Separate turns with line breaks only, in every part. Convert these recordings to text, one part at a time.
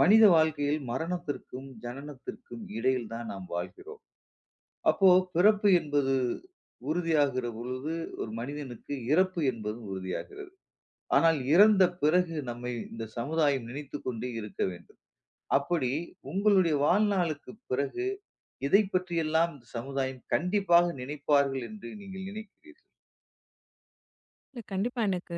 மனித வாழ்க்கையில் மரணத்திற்கும், ஜனனத்திற்கும் இடையில் தான் நாம் வாழ்கிறோம். அப்போ பிறப்பு என்பது உறுதியாகிற பொழுது, ஒரு மனிதனுக்கு இறப்பு என்பதும் உறுதியாகிறது. ஆனால் இறந்த பிறகு நம்மை இந்த சமுதாயம் நினைத்துக் கொண்டே இருக்க வேண்டும். அப்படி உங்களுடைய வாழ்நாளுக்கு பிறகு, இதைப் பற்றியெல்லாம் இந்த சமுதாயம் கண்டிப்பாக நினைப்பார்கள் என்று நீங்கள் நினைக்கிறீர்கள்?
இல்ல கண்டிப்பா எனக்கு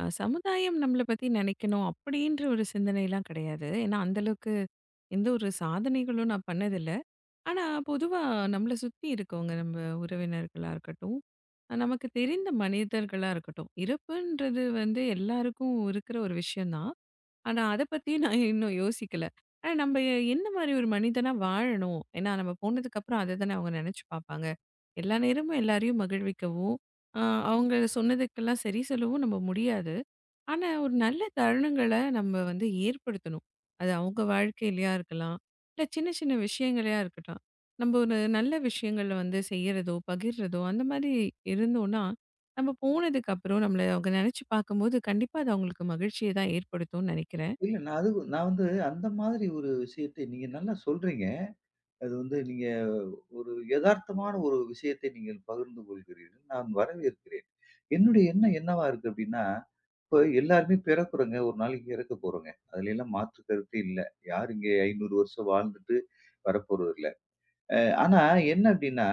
சமுதாயம் நம்மள பத்தி நினைக்கணும் அப்படின்ற ஒரு சிந்தனைலாம் கிடையாது. ஏன்னா அந்த அளவுக்கு எந்த ஒரு சாதனைகளும் நான் பண்ணதில்ல. ஆனா பொதுவா நம்மள சுத்தி இருக்கவங்க, நம்ம உறவினர்களா இருக்கட்டும், நமக்கு தெரிந்த மனிதர்களா இருக்கட்டும், இறப்புன்றது வந்து எல்லாருக்கும் இருக்கிற ஒரு விஷயம் தான். ஆனா, அத பத்தி நான் இன்னும் யோசிக்கல. ஆனா நம்ம என்ன மாரி ஒரு மனிதனா வாழணும்? ஏன்னா நம்ம போனதுக்கப்புறம் அத தானே அவங்க நெனச்சு பாப்பாங்க. எல்லா நேரமும் எல்லாரையும் மகிழ்விக்கவும், அ அவங்க சொன்னதுக்கெல்லாம் சரி சொல்லவும் நம்ம முடியாது. ஆனா, ஒரு நல்ல தருணங்கள நம்ம வந்து ஏற்படுத்தணும். அது அவங்க வாழ்க்கையிலயா இருக்கலாம், இல்ல சின்ன சின்ன விஷயங்களையா இருக்கட்டும். நம்ம ஒரு நல்ல விஷயங்கள வந்து செய்யறதோ, பகிர்றதோ அந்த மாரி இருந்தோம்னா, நம்ம போனதுக்கப்புறம் நம்மள அவங்க நெனச்சு பாக்கும்போது, கண்டிப்பா அது அவங்களுக்கு மகிழ்ச்சிய தான் ஏற்படுத்தும்னு நெனைக்கிறேன்.
இல்ல நான் வந்து அந்த மாதிரி ஒரு விஷயத்தை நீங்க நல்லா சொல்றீங்க. அது வந்து நீங்க ஒரு எதார்த்தமான ஒரு விஷயத்தை நீங்கள் பகிர்ந்து கொள்கிறீர்கள். நான் வரவேற்கிறேன். என்னுடைய எண்ணம் என்னவா இருக்கு அப்டின்னா, இப்ப எல்லாருமே பிறக்குறோங்க. ஒரு நாளைக்கு இறக்க போறோங்க. அதுலல்லாம் மாற்று கருத்து இல்ல. யார் இங்க 500 வருஷம் வாழ்ந்துட்டு வரப்போறது இல்ல. ஆனா என்ன அப்டின்னா,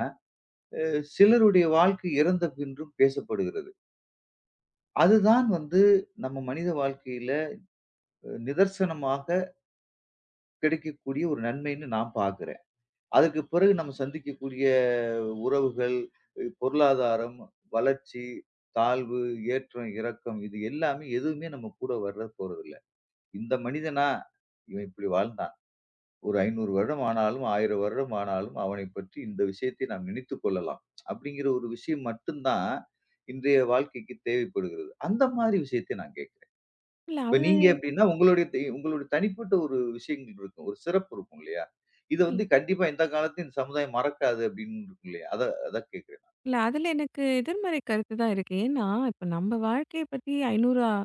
சிலருடைய வாழ்க்கை இறந்த பின்றும் பேசப்படுகிறது. அதுதான் வந்து நம்ம மனித வாழ்க்கையில நிதர்சனமாக கிடைக்கக்கூடிய ஒரு நன்மைன்னு நான் பார்க்கிறேன். அதுக்கு பிறகு நம்ம சந்திக்கக்கூடிய உறவுகள், பொருளாதாரம், வளர்ச்சி, தாழ்வு, ஏற்றம், இறக்கம் இது எல்லாமே எதுவுமே நம்ம கூட வர போறதில்ல. இந்த மனிதனா, இவன் இப்படி வாழ்ந்தான். ஒரு 500 வருடம் ஆனாலும், 1000 வருடம் ஆனாலும் அவனைப் பற்றி இந்த விஷயத்தை நாம் நினைத்துக் கொள்ளலாம். அப்படிங்கிற ஒரு விஷயம் மட்டும் தான் இன்றைய வாழ்க்கைக்கு தேவைப்படுகிறது. அந்த மாரி விஷயத்தை நான் கேட்கிறேன்.
இல்ல
இப்ப
அது
நீங்க எப்படின்னா, உங்களுடைய தனிப்பட்ட ஒரு விஷயங்கள் இருக்கும். ஒரு சிறப்பு இருக்கும் இல்லையா? இத வந்து கண்டிப்பா எந்த காலத்துலயும் இந்த சமுதாயம் மறக்காது அப்படின்னு இருக்கும் இல்லையா? அதான் அதான் கேட்கிறேன்.
இல்ல அதுல எனக்கு எதிர்மறை கருத்து தான் இருக்கு. ஏன்னா, இப்ப நம்ம வாழ்க்கைய பத்தி 500 ஆ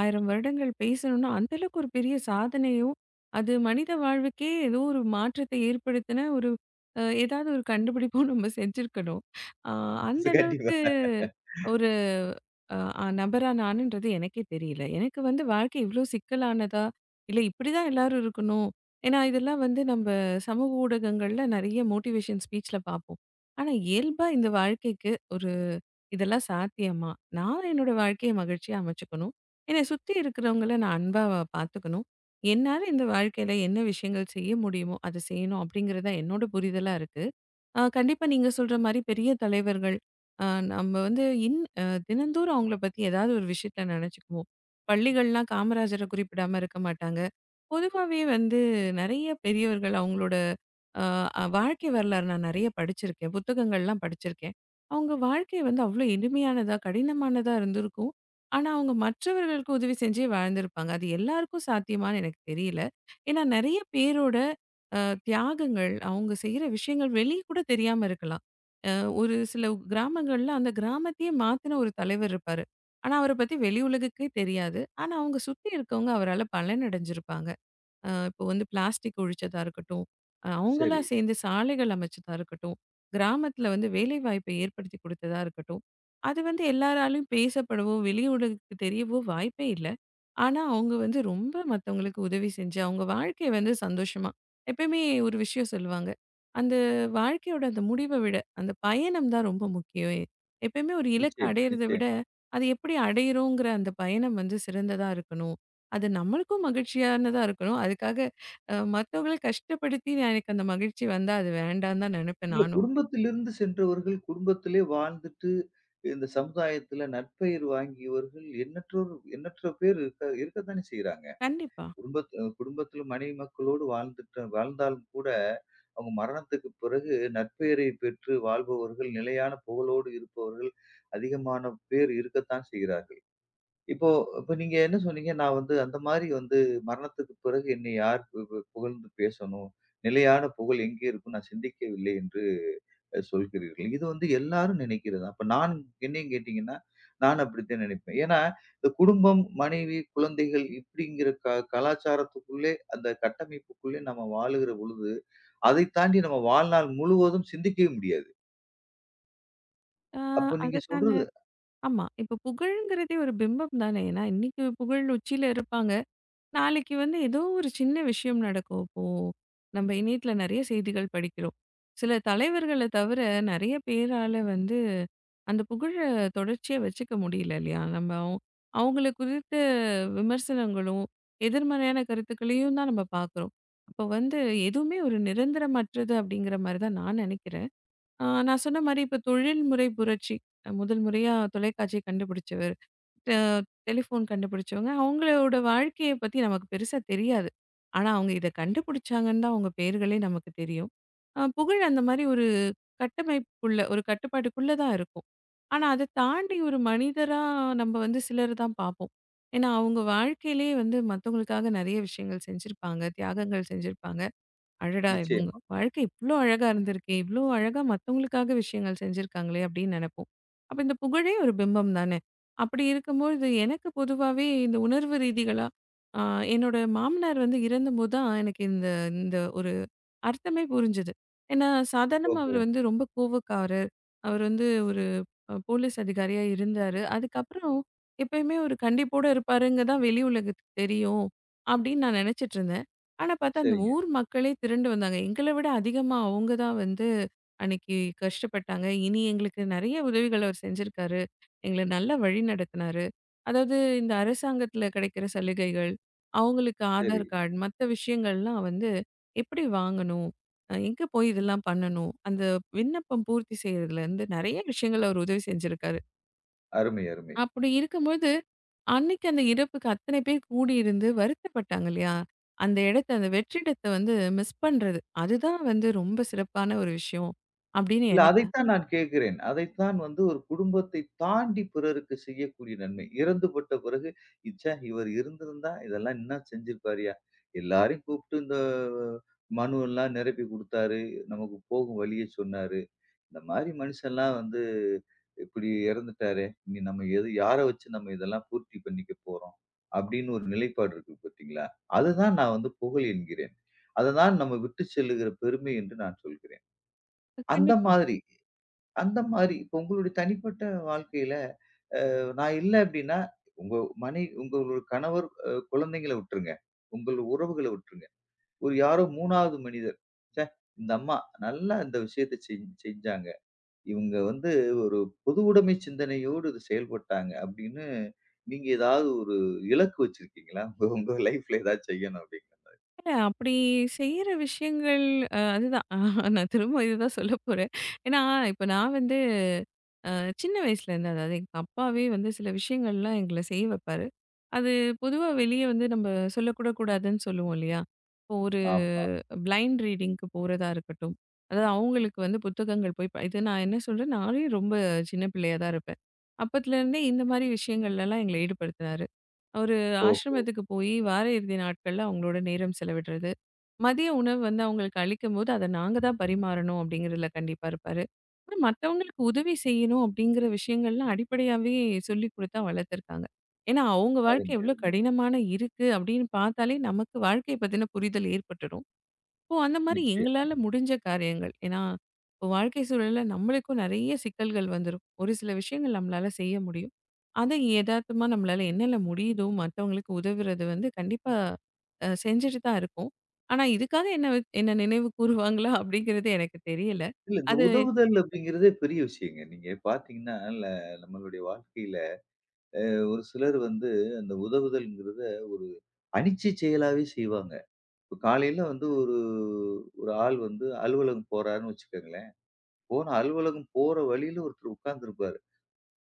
1000 வருடங்கள் பேசணும்னா, அந்த அளவுக்கு ஒரு பெரிய சாதனையும், அது மனித வாழ்வுக்கே ஏதோ ஒரு மாற்றத்தை ஏற்படுத்தின ஒரு ஏதாவது ஒரு கண்டுபிடிப்பும் நம்ம செஞ்சிருக்கணும். அ அந்த
கண்டிப்பா.
அளவுக்கு ஒரு அ அ நபரா நானுன்றது எனக்கே தெரியல. எனக்கு வந்து வாழ்க்கை இவ்ளோ சிக்கலானதா, இல்ல இப்படிதான் எல்லாரும் இருக்கணும். ஏன்னா இதெல்லாம் வந்து நம்ம சமூக ஊடகங்கள்ல நெறைய மோட்டிவேஷன் ஸ்பீச்ல பார்ப்போம். ஆனா இயல்பா இந்த வாழ்க்கைக்கு ஒரு இதெல்லாம் சாத்தியமா? நான் என்னோட வாழ்க்கைய மகிழ்ச்சியா அமைச்சுக்கணும். என்னை சுத்தி இருக்கிறவங்கள நான் அன்பா பார்த்துக்கணும். என்னால இந்த வாழ்க்கையில என்ன விஷயங்கள் செய்ய முடியுமோ, அத செய்யணும் அப்படிங்கிறது தான் என்னோட புரிதலா இருக்கு. கண்டிப்பா நீங்க சொல்ற மாரி பெரிய தலைவர்கள். அ நம்ம வந்து இன் அ தினந்தோறும் அவங்கள பத்தி ஏதாவது ஒரு விஷயத்த நெனச்சுக்குவோம். பள்ளிகள்லாம் காமராஜர குறிப்பிடாம இருக்க மாட்டாங்க. பொதுவாவே வந்து நெறைய பெரியவர்கள் அவங்களோட அ அ வாழ்க்கை வரலாறு நான் நெறைய படிச்சிருக்கேன். புத்தகங்கள்லாம் படிச்சிருக்கேன். அவங்க வாழ்க்கை வந்து அவ்ளோ எளிமையானதா, கடினமானதா இருந்திருக்கும். ஆனா, அவங்க மற்றவர்களுக்கு உதவி செஞ்சே வாழ்ந்திருப்பாங்க. அது எல்லாருக்கும் சாத்தியமான்னு எனக்கு தெரியல. ஏன்னா, நெறைய பேரோட அ தியாகங்கள், அவங்க செய்ற விஷயங்கள் வெளிய கூட தெரியாம இருக்கலாம். அ ஒரு சில கிராமங்கள்ல அந்த கிராமத்தையே மாத்துன ஒரு தலைவர் இருப்பாரு. ஆனா, அவர பத்தி வெளி உலகுக்கே தெரியாது. ஆனா, அவங்க சுத்தி இருக்கவங்க அவரால பலனடைஞ்சிருப்பாங்க. இப்போ வந்து பிளாஸ்டிக் ஒழிச்சதா இருக்கட்டும், அவங்களா
சரி.
சேர்ந்து சாலைகள் அமைச்சதா இருக்கட்டும், கிராமத்தில வந்து வேலைவாய்ப்பை ஏற்படுத்தி குடுத்ததா இருக்கட்டும், அது வந்து எல்லாராலும் பேசப்படவோ, வெளி உலகுக்கு தெரியவோ வாய்ப்பே இல்ல. ஆனா, அவங்க வந்து ரொம்ப மத்தவங்களுக்கு உதவி செஞ்சு, அவங்க வாழ்க்கைய வந்து சந்தோஷமா எப்பயுமே ஒரு விஷயம் சொல்லுவாங்க. அந்த வாழ்க்கையோட அந்த முடிவ விட, அந்த பயணம் தான் ரொம்ப முக்கியம். எப்பயுமே ஒரு இலக்க
நிச்சயமா,
அடையிறத விட,
நிச்சயமா.
அது எப்படி அடையிறோங்கிற அந்த பயணம் வந்து சிறந்ததா இருக்கணும். அது நம்மளுக்கும் மகிழ்ச்சியானதா இருக்கணும். அதுக்காக மத்தவங்கள கஷ்டப்படுத்தி நான் எனக்கு அந்த மகிழ்ச்சி வந்தா, அது வேண்டான்னு தான் நெனைப்பேன்
இல்ல
நானும்.
குடும்பத்திலிருந்து சென்றவர்கள், குடும்பத்திலே வாழ்ந்துட்டு இந்த சமுதாயத்துல நற்பெயர் வாங்கியவர்கள் எண்ணற்றோர் எண்ணற்ற பேர் இருக்க இருக்கத்தானே செய்றாங்க.
கண்டிப்பா.
குடும்பத்தில மனைவி மக்களோடு வாழ்ந்துட்டு வாழ்ந்தாலும் கூட, அவங்க மரணத்துக்குப் பிறகு நற்பெயரை பெற்று வாழ்பவர்கள், நிலையான புகழோடு இருப்பவர்கள் அதிகமான பேர் இருக்கத்தான் செய்கிறார்கள். இப்போ இப்போ நீங்க என்ன சொன்னீங்க? நான் வந்து அந்த மாரி மரணத்துக்குப் பிறகு என்னை யார் பு பு புகழ்ந்து பேசணும்? நிலையான புகழ் எங்கே இருக்கும்? நான் சிந்திக்கவில்லை என்று. சொல்கிறீர்கள். இது வந்து எல்லாரும் நினைக்கிறது தான். அப்ப நான் என்னையும் கேட்டீங்கன்னா, நான் அப்படித்தான் நினைப்பேன். ஏன்னா, இந்த குடும்பம், மனைவி, குழந்தைகள் இப்படிங்கிற கலாச்சாரத்துக்குள்ளே அந்த கட்டமைப்புக்குள்ளே நம்ம வாழுகிற பொழுது, அதை தாண்டி நம்ம வாழ்நாள் முழுவதும் சிந்திக்கவே முடியாது.
ஆ
அப்ப நீங்க
அதுக்கான
சொல்றது
ஆமா. இப்ப புகழ்ங்கிறதே ஒரு பிம்பம் தானே. ஏன்னா, இன்னைக்கு புகழ் உச்சியில இருப்பாங்க. நாளைக்கு வந்து ஏதோ ஒரு சின்ன விஷயம் நடக்கும். இப்போ நம்ம இணையத்தில நெறைய செய்திகள் படிக்கிறோம். சில தலைவர்கள தவிர நெறைய பேரால வந்து அந்த புகழ தொடர்ச்சியா வச்சுக்க முடியல இல்லையா? நம்ம அவங்கள குறித்த விமர்சனங்களும், எதிர்மறையான கருத்துக்களையும் தான் நம்ம பார்க்குறோம். அப்போ வந்து எதுவுமே ஒரு நிரந்தரமற்றது அப்படிங்கிற மாரி தான் நான் நெனைக்கிறேன். நான் சொன்ன மாரி இப்ப தொழில்முறை புரட்சி. முதல் முறையா தொலைக்காட்சிய கண்டுபிடிச்சவர். டெ டெலிஃபோன் கண்டுபிடிச்சவங்க. அவங்களோட வாழ்க்கைய பத்தி நமக்கு பெருசா தெரியாது. ஆனா, அவங்க இத கண்டுபிடிச்சாங்கன்னு தான் அவங்க பெயர்களே நமக்கு தெரியும். புகழ் அந்த மாரி ஒரு கட்டமைப்புக்குள்ள, ஒரு கட்டுப்பாட்டுக்குள்ள தான் இருக்கும். ஆனா, அத தாண்டி ஒரு மனிதரா நம்ம வந்து சிலர் தான் பார்ப்போம். ஏன்னா, அவங்க வாழ்க்கையிலேயே வந்து மத்தவங்களுக்காக நெறைய விஷயங்கள் செஞ்சிருப்பாங்க, தியாகங்கள் செஞ்சிருப்பாங்க. அடடா! இவங்க
நிச்சயமா.
வாழ்க்கை இவ்ளோ அழகா இருந்திருக்கே! இவ்ளோ அழகா மத்தவங்களுக்காக விஷயங்கள் செஞ்சிருக்காங்களே! அப்படின்னு நெனைப்போம். அப்ப இந்த புகழே ஒரு பிம்பம் தானே! அப்படி இருக்கும்பொழுது எனக்கு பொதுவாவே இந்த உணர்வு ரீதிகளா, ஆ என்னோட மாமனார் வந்து இறந்தபோது தான் எனக்கு இந்த இந்த ஒரு அர்த்தமே புரிஞ்சது. ஏன்னா சாதாரணமா
ஓஹோ!
அவரு வந்து ரொம்ப கோவக்காரர். அவர் வந்து ஒரு போலீஸ் அதிகாரியா இருந்தாரு. அதுக்கப்புறம் எப்பயுமே ஒரு கண்டிப்போட இருப்பாருங்க தான் வெளி உலகத்துக்கு தெரியும், அப்படின்னு நான் நினைச்சிட்டு இருந்தேன். ஆனா பார்த்தா அந்த
சரிங்க.
ஊர் மக்களே திரண்டு வந்தாங்க. எங்கள விட அதிகமா அவங்க தான் வந்து அன்னைக்கு கஷ்டப்பட்டாங்க. இனி எங்களுக்கு நெறைய உதவிகள் அவர் செஞ்சிருக்காரு. எங்கள நல்லா வழி நடத்துனாரு. அதாவது இந்த அரசாங்கத்துல கிடைக்கிற சலுகைகள், அவங்களுக்கு
சரி.
ஆதார் கார்டு, மத்த விஷயங்கள்லாம் வந்து எப்படி வாங்கணும்? எங்க போய் இதெல்லாம் பண்ணணும்? அந்த விண்ணப்பம் பூர்த்தி செய்றதுலருந்து நெறைய விஷயங்கள் அவர் உதவி செஞ்சிருக்காரு.
அருமை, அருமை.
அப்படி இருக்கும்போது, அன்னைக்கு அந்த இறப்புக்கு அத்தனை பேர் கூடியிருந்து வருத்தப்பட்டாங்க இல்லையா? அந்த இடத்த அந்த வெற்றிடத்த வந்து மிஸ் பண்றது. அதுதான் வந்து ரொம்ப சிறப்பான ஒரு விஷயம் அப்படின்னு
இல்ல
எனக்கு
அதைத்தான் நான் கேட்கிறேன். அதைத்தான் வந்து ஒரு குடும்பத்தை தாண்டி பிறருக்கு செய்யக்கூடிய நன்மை. இறந்துபட்ட பிறகு, "ச்சே! இவர் இருந்திருந்தா இதெல்லாம் இன்னா செஞ்சிருப்பாருய்யா! எல்லாரையும் கூப்பிட்டு இந்த மனு எல்லாம் நிரப்பி குடுத்தாரு. நமக்கு போகும் வழிய சொன்னாரு. இந்த மாரி மனுஷன்லாம் வந்து இப்படி இறந்துட்டாரே! இனி நம்ம எது யார வச்சு நம்ம இதெல்லாம் பூர்த்தி பண்ணிக்க போறோம்?" அப்படின்னு ஒரு நிலைப்பாடு இருக்கு பார்த்தீங்களா? அதுதான் நான் வந்து புகழ் என்கிறேன். அததான் நம்ம விட்டு செல்லுகிற பெருமை என்று நான் சொல்கிறேன். அந்த
கண்டிப்பா.
மாதிரி அந்த மாரி, இப்ப உங்களுடைய தனிப்பட்ட வாழ்க்கையில, நான் இல்ல அப்டின்னா, உங்க உங்களோட கணவர், குழந்தைங்கள விட்டுருங்க. உங்கள் உறவுகள விட்டுருங்க. ஒரு யாரோ 3வது மனிதர். ச்சே! இந்த அம்மா நல்லா இந்த விஷயத்த செஞ்சாங்க. இவங்க வந்து ஒரு பொதுவுடைமை சிந்தனையோடு இது செயல்பட்டாங்க அப்டின்னு, நீங்க ஏதாவது ஒரு இலக்கு வச்சிருக்கீங்களா? உங்க உங்க லைஃப்ல ஏதாவது செய்யணும் அப்டின்னு.
இல்ல அப்படி செய்ற விஷயங்கள் அ அதுதான் நான் திரும்ப இதுதான் சொல்லப்போறேன். ஏன்னா, இப்ப நான் வந்து அ சின்ன வயசுலேருந்து அதாவது எங்க அப்பாவே வந்து சில விஷயங்கள்லாம் எங்கள செய்ய வைப்பாரு. அது பொதுவா வெளியே வந்து நம்ம சொல்லக்கூட கூடாதுன்னு சொல்லுவோம் இல்லையா? இப்போ ஒரு
ஆமா.
பிளைண்ட் ரீடிங்க்கு போறதா இருக்கட்டும். அதாவது அவங்களுக்கு வந்து புத்தகங்கள் போய் இது நான் என்ன சொல்றேன் நானே ரொம்ப சின்ன பிள்ளையா தான் இருப்பேன். அப்பத்துலேருந்தே இந்த மாரி விஷயங்கள்லலாம் எங்கள ஈடுபடுத்தினாரு. ஒரு
ஓஹோ!
ஆசிரமத்துக்கு போய் வார இறுதி நாட்கள்ல அவங்களோட நேரம் செலவிடுறது. மதிய உணவு வந்து அவங்களுக்கு அளிக்கும்போது அத நாங்க தான் பரிமாறணும் அப்படிங்கிறதுல கண்டிப்பா இருப்பாரு. ஆனா, மத்தவங்களுக்கு உதவி செய்யணும் அப்படிங்கிற விஷயங்கள்லாம் அடிப்படையாவே சொல்லிக் குடுத்தா வளர்த்துருக்காங்க. ஏன்னா, அவங்க வாழ்க்கை
அருமை,
எவ்ளோ
அருமை.
கடினமான இருக்கு அப்படின்னு பார்த்தாலே நமக்கு வாழ்க்கைய பத்தின புரிதல் ஏற்பட்டுடும். இப்போ அந்த மாரி
நிச்சயமா.
எங்களால முடிஞ்ச காரியங்கள் ஏன்னா, இப்போ வாழ்க்கை சூழல்ல நம்மளுக்கும் நெறைய சிக்கல்கள் வந்துரும். ஒரு சில விஷயங்கள் நம்மளால செய்ய முடியும். அத எதார்த்தமா நம்மளால என்னென்ன முடியுதோ மத்தவங்களுக்கு உதவுறது வந்து கண்டிப்பா செஞ்சுட்டு தான் இருக்கோம். ஆனா, இதுக்காக என்ன என்ன நினைவு கூறுவாங்களா அப்படிங்கிறது எனக்கு தெரியல.
இல்ல இந்த
அது
உதவுதல் அப்டிங்கிறதே பெரிய விஷயங்க. நீங்க பார்த்தீங்கன்னா, ல நம்மளுடைய வாழ்க்கையில ஒரு சிலர் வந்து அந்த உதவுதல்ங்கிறத ஒரு அனிச்சை செயலாவே செய்வாங்க. இப்ப காலையில வந்து ஒரு ஒரு ஆள் வந்து அலுவலகம் போறாருன்னு வச்சுக்கங்களேன். போன அலுவலகம் போற வழியில ஒருத்தர் உட்கார்ந்திருப்பாரு.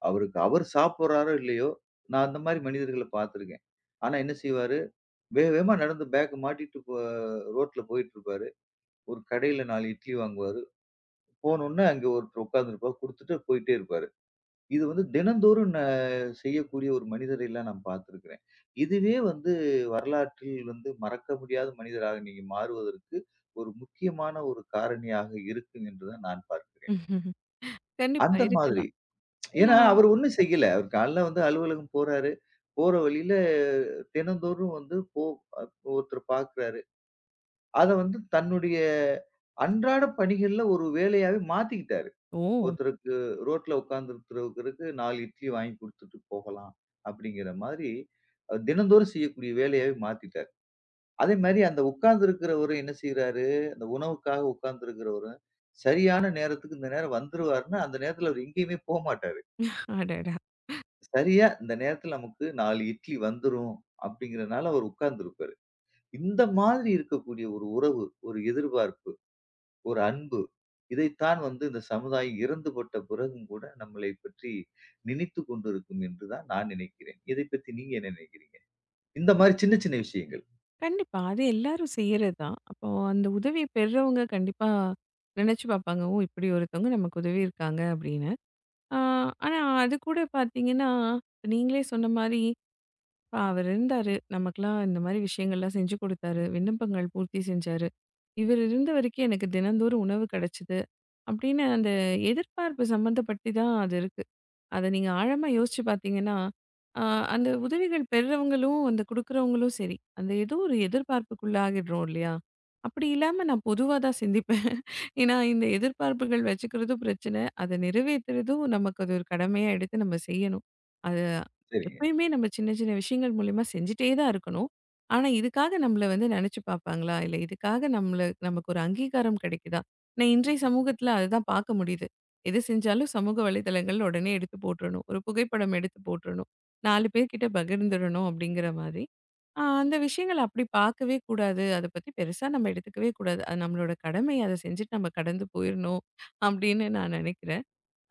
அவருக்கு அவர் சாப்பிடுறாரோ இல்லையோ, நான் அந்த மாரி மனிதர்கள பார்த்துருக்கேன். ஆனா என்ன செய்வாரு, வேக வேகமா நடந்து பேக்க மாட்டிட்டு ரோட்ல போயிட்டுருப்பாரு. ஒரு கடையில 4 இட்லி வாங்குவாரு. போனோனே அங்க ஒருத்தர் உட்கார்ந்திருப்பார். குடுத்துட்டு போயிட்டே இருப்பாரு. இது வந்து தினந்தோறும் செய்யக்கூடிய ஒரு மனிதரை எல்லாம் நான் பார்த்திருக்கிறேன். இதுவே வந்து வரலாற்றில் வந்து மறக்க முடியாத மனிதராக நீங்க மாறுவதற்கு ஒரு முக்கியமான ஒரு காரணியாக இருக்கும் என்று தான் நான் பார்க்கிறேன்.
கண்டிப்பா
அந்த மாதிரி.
இருக்கலாம். ஏன்னா
ஏன்னா அவர் ஒண்ணும் செய்யல. அவர் காலைல வந்து அலுவலகம் போறாரு. போற வழியில தினந்தோறும் வந்து போ அ ஒருத்தர பார்க்கிறாரு. அத வந்து தன்னுடைய அன்றாட பணிகள்ல ஒரு வேலையாவே மாத்திக்கிட்டாரு.
ஓ!
ஒருத்தருக்கு ரோட்ல உட்கார்ந்துருக்கிறவருக்கு 4 இட்லி வாங்கி குடுத்துட்டு போகலாம். அப்படிங்கிற மாதிரி தினந்தோறும் செய்யக்கூடிய வேலையாவே மாத்திட்டாரு. அதே மாரி அந்த உட்கார்ந்திருக்கிறவரும் என்ன செய்றாரு, அந்த உணவுக்காக உட்கார்ந்திருக்கிறவரும், சரியான நேரத்துக்கு இந்த நேரம் வந்துருவாருன்னா, அந்த நேரத்துல அவரு எங்கேயுமே போமாட்டாரு.
அடடா!
சரியா இந்த நேரத்துல நமக்கு 4 இட்லி வந்துரும் அப்படிங்கிறனால அவர் உட்கார்ந்திருப்பாரு. இந்த மாதிரி இருக்கக்கூடிய ஒரு உறவு, ஒரு எதிர்பார்ப்பு ஒரு அன்பு. இதைத்தான் வந்து இந்த சமுதாயம் இறந்துபட்ட பிறகும் கூட நம்மளைப் பற்றி நினைத்துக் கொண்டிருக்கும் என்று தான் நான் நினைக்கிறேன். இதைப் பத்தி நீங்க என்ன நினைக்கிறீங்க? இந்த மாரி சின்ன, சின்ன விஷயங்கள்.
கண்டிப்பா. அது எல்லாரும் செய்யறதுதான். அப்போ அந்த உதவி பெறுறவங்க கண்டிப்பா நினைச்சு பார்ப்பாங்க. ஓ! இப்படி ஒருத்தவங்க நமக்கு உதவி இருக்காங்க அப்படின்னு. ஆ ஆனா அது கூட பார்த்தீங்கன்னா, நீங்களே சொன்ன மாரி, இப்ப அவர் இருந்தாரு. நமக்கெல்லாம் இந்த மாரி விஷயங்கள்லாம் செஞ்சு கொடுத்தாரு. விண்ணப்பங்கள் பூர்த்தி செஞ்சாரு. இவர் இருந்த வரைக்கும் எனக்கு தினந்தோறும் உணவு கிடைச்சது. அப்படின்னு அந்த எதிர்பார்ப்பு சம்மந்தப்பட்டு தான் அது இருக்கு. அத நீங்க ஆழமா யோசிச்சு பார்த்தீங்கன்னா, அ அந்த உதவிகள் பெறுறவங்களும், அந்த குடுக்குறவங்களும் சரி, அந்த ஏதோ ஒரு எதிர்பார்ப்புக்குள்ளாகிடுறோம் இல்லையா? அப்படி இல்லாம நான் பொதுவா தான் சிந்திப்பேன். ஏன்னா, இந்த எதிர்பார்ப்புகள் வச்சுக்கிறதும் பிரச்சனை. அதை நிறைவேத்துறதும் நமக்கு அது ஒரு கடமையா எடுத்து நம்ம செய்யணும். அது
சரிங்க.
எப்பயுமே நம்ம சின்ன சின்ன விஷயங்கள் மூலியமா செஞ்சுட்டே தான் இருக்கணும். ஆனா, இதுக்காக நம்மள வந்து நினைச்சு பார்ப்பாங்களா? இல்ல இதுக்காக நம்மள நமக்கு ஒரு அங்கீகாரம் கிடைக்குதா? நான் இன்றைய சமூகத்தில அதுதான் பார்க்க முடியுது. எது செஞ்சாலும் சமூக வலைதளங்கள் உடனே எடுத்து போட்டுறணும். ஒரு புகைப்படம் எடுத்து போட்டுறணும். 4 பேர்கிட்ட பகிர்ந்துடணும் அப்படிங்கிற மாதிரி. அந்த விஷயங்கள் அப்படி பார்க்கவே கூடாது. அத பத்தி பெருசா நம்ம எடுத்துக்கவே கூடாது. அது நம்மளோட கடமை. அத செஞ்சுட்டு நம்ம கடந்து போயிரணும் அப்படின்னு நான் நினைக்கிறேன்.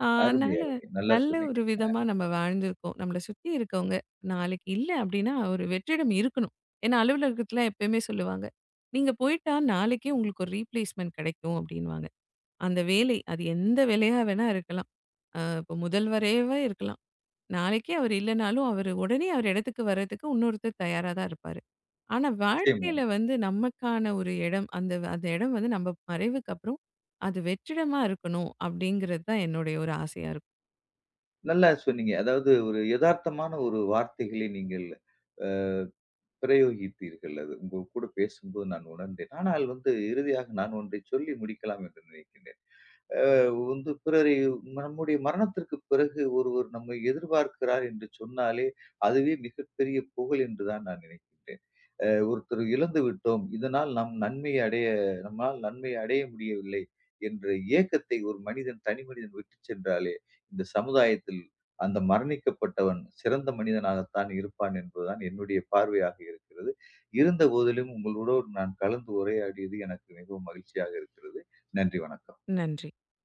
அருமை,
அதனால
அருமை. நல்லா
நல்ல
சொன்னீங்க.
ஒரு விதமா நம்ம வாழ்ந்திருக்கோம். நம்மள சுத்தி இருக்கவங்க நாளைக்கு இல்ல அப்படின்னா ஒரு வெற்றிடம் இருக்கணும். ஏன்னா அலுவலகத்தில எப்பயுமே சொல்லுவாங்க. நீங்க போயிட்டா நாளைக்கே உங்களுக்கு ஒரு ரீப்ளேஸ்மென்ட் கிடைக்கும் அப்படின்னுவாங்க. அந்த வேலை அது எந்த வேலையா வேணா இருக்கலாம். இப்போ முதல்வரேவே இருக்கலாம். நாளைக்கே அவர் இல்லனாலும், அவரு உடனே அவர் இடத்துக்கு வர்றதுக்கு இன்னொருத்தர் தயாரா தான் இருப்பாரு. ஆனா
நிச்சயமா.
வாழ்க்கையில வந்து நமக்கான ஒரு இடம், அந்த அந்த இடம் வந்து நம்ம மறைவுக்கு அப்புறம், அது வெற்றிடமா இருக்கணும், அப்படிங்கிறது தான் என்னுடைய ஒரு ஆசையா இருக்கும்.
நல்லா சொன்னீங்க. அதாவது ஒரு எதார்த்தமான ஒரு வார்த்தைகளை நீங்கள் அ பிரயோகித்தீர்கள். அது உங்க கூட பேசும்போது நான் உணர்ந்தேன். ஆனால் வந்து இறுதியாக நான் ஒன்றை சொல்லி முடிக்கலாம் என்று நினைக்கின்றேன். அ வந்து பிறரை நம்முடைய மரணத்திற்கு பிறகு ஒருவர் நம்மை எதிர்பார்க்கிறார் என்று சொன்னாலே, அதுவே மிகப்பெரிய புகழ் என்று தான் நான் நினைக்கின்றேன். ஒருத்தர் இழந்து விட்டோம். இதனால் நாம் நன்மை அடைய நம்மால் நன்மை அடைய முடியவில்லை என்ற ஏக்கத்தை ஒரு மனிதன் தனி மனிதன் விட்டுச் சென்றாலே, இந்த சமுதாயத்தில் அந்த மரணிக்கப்பட்டவன் சிறந்த மனிதனாகத்தான் இருப்பான் என்பதுதான் என்னுடைய பார்வையாக இருக்கிறது. இருந்த போதிலும் உங்களோடு நான் கலந்து உரையாடியது எனக்கு மிகவும் மகிழ்ச்சியாக இருக்கிறது. நன்றி, வணக்கம்.
நன்றி.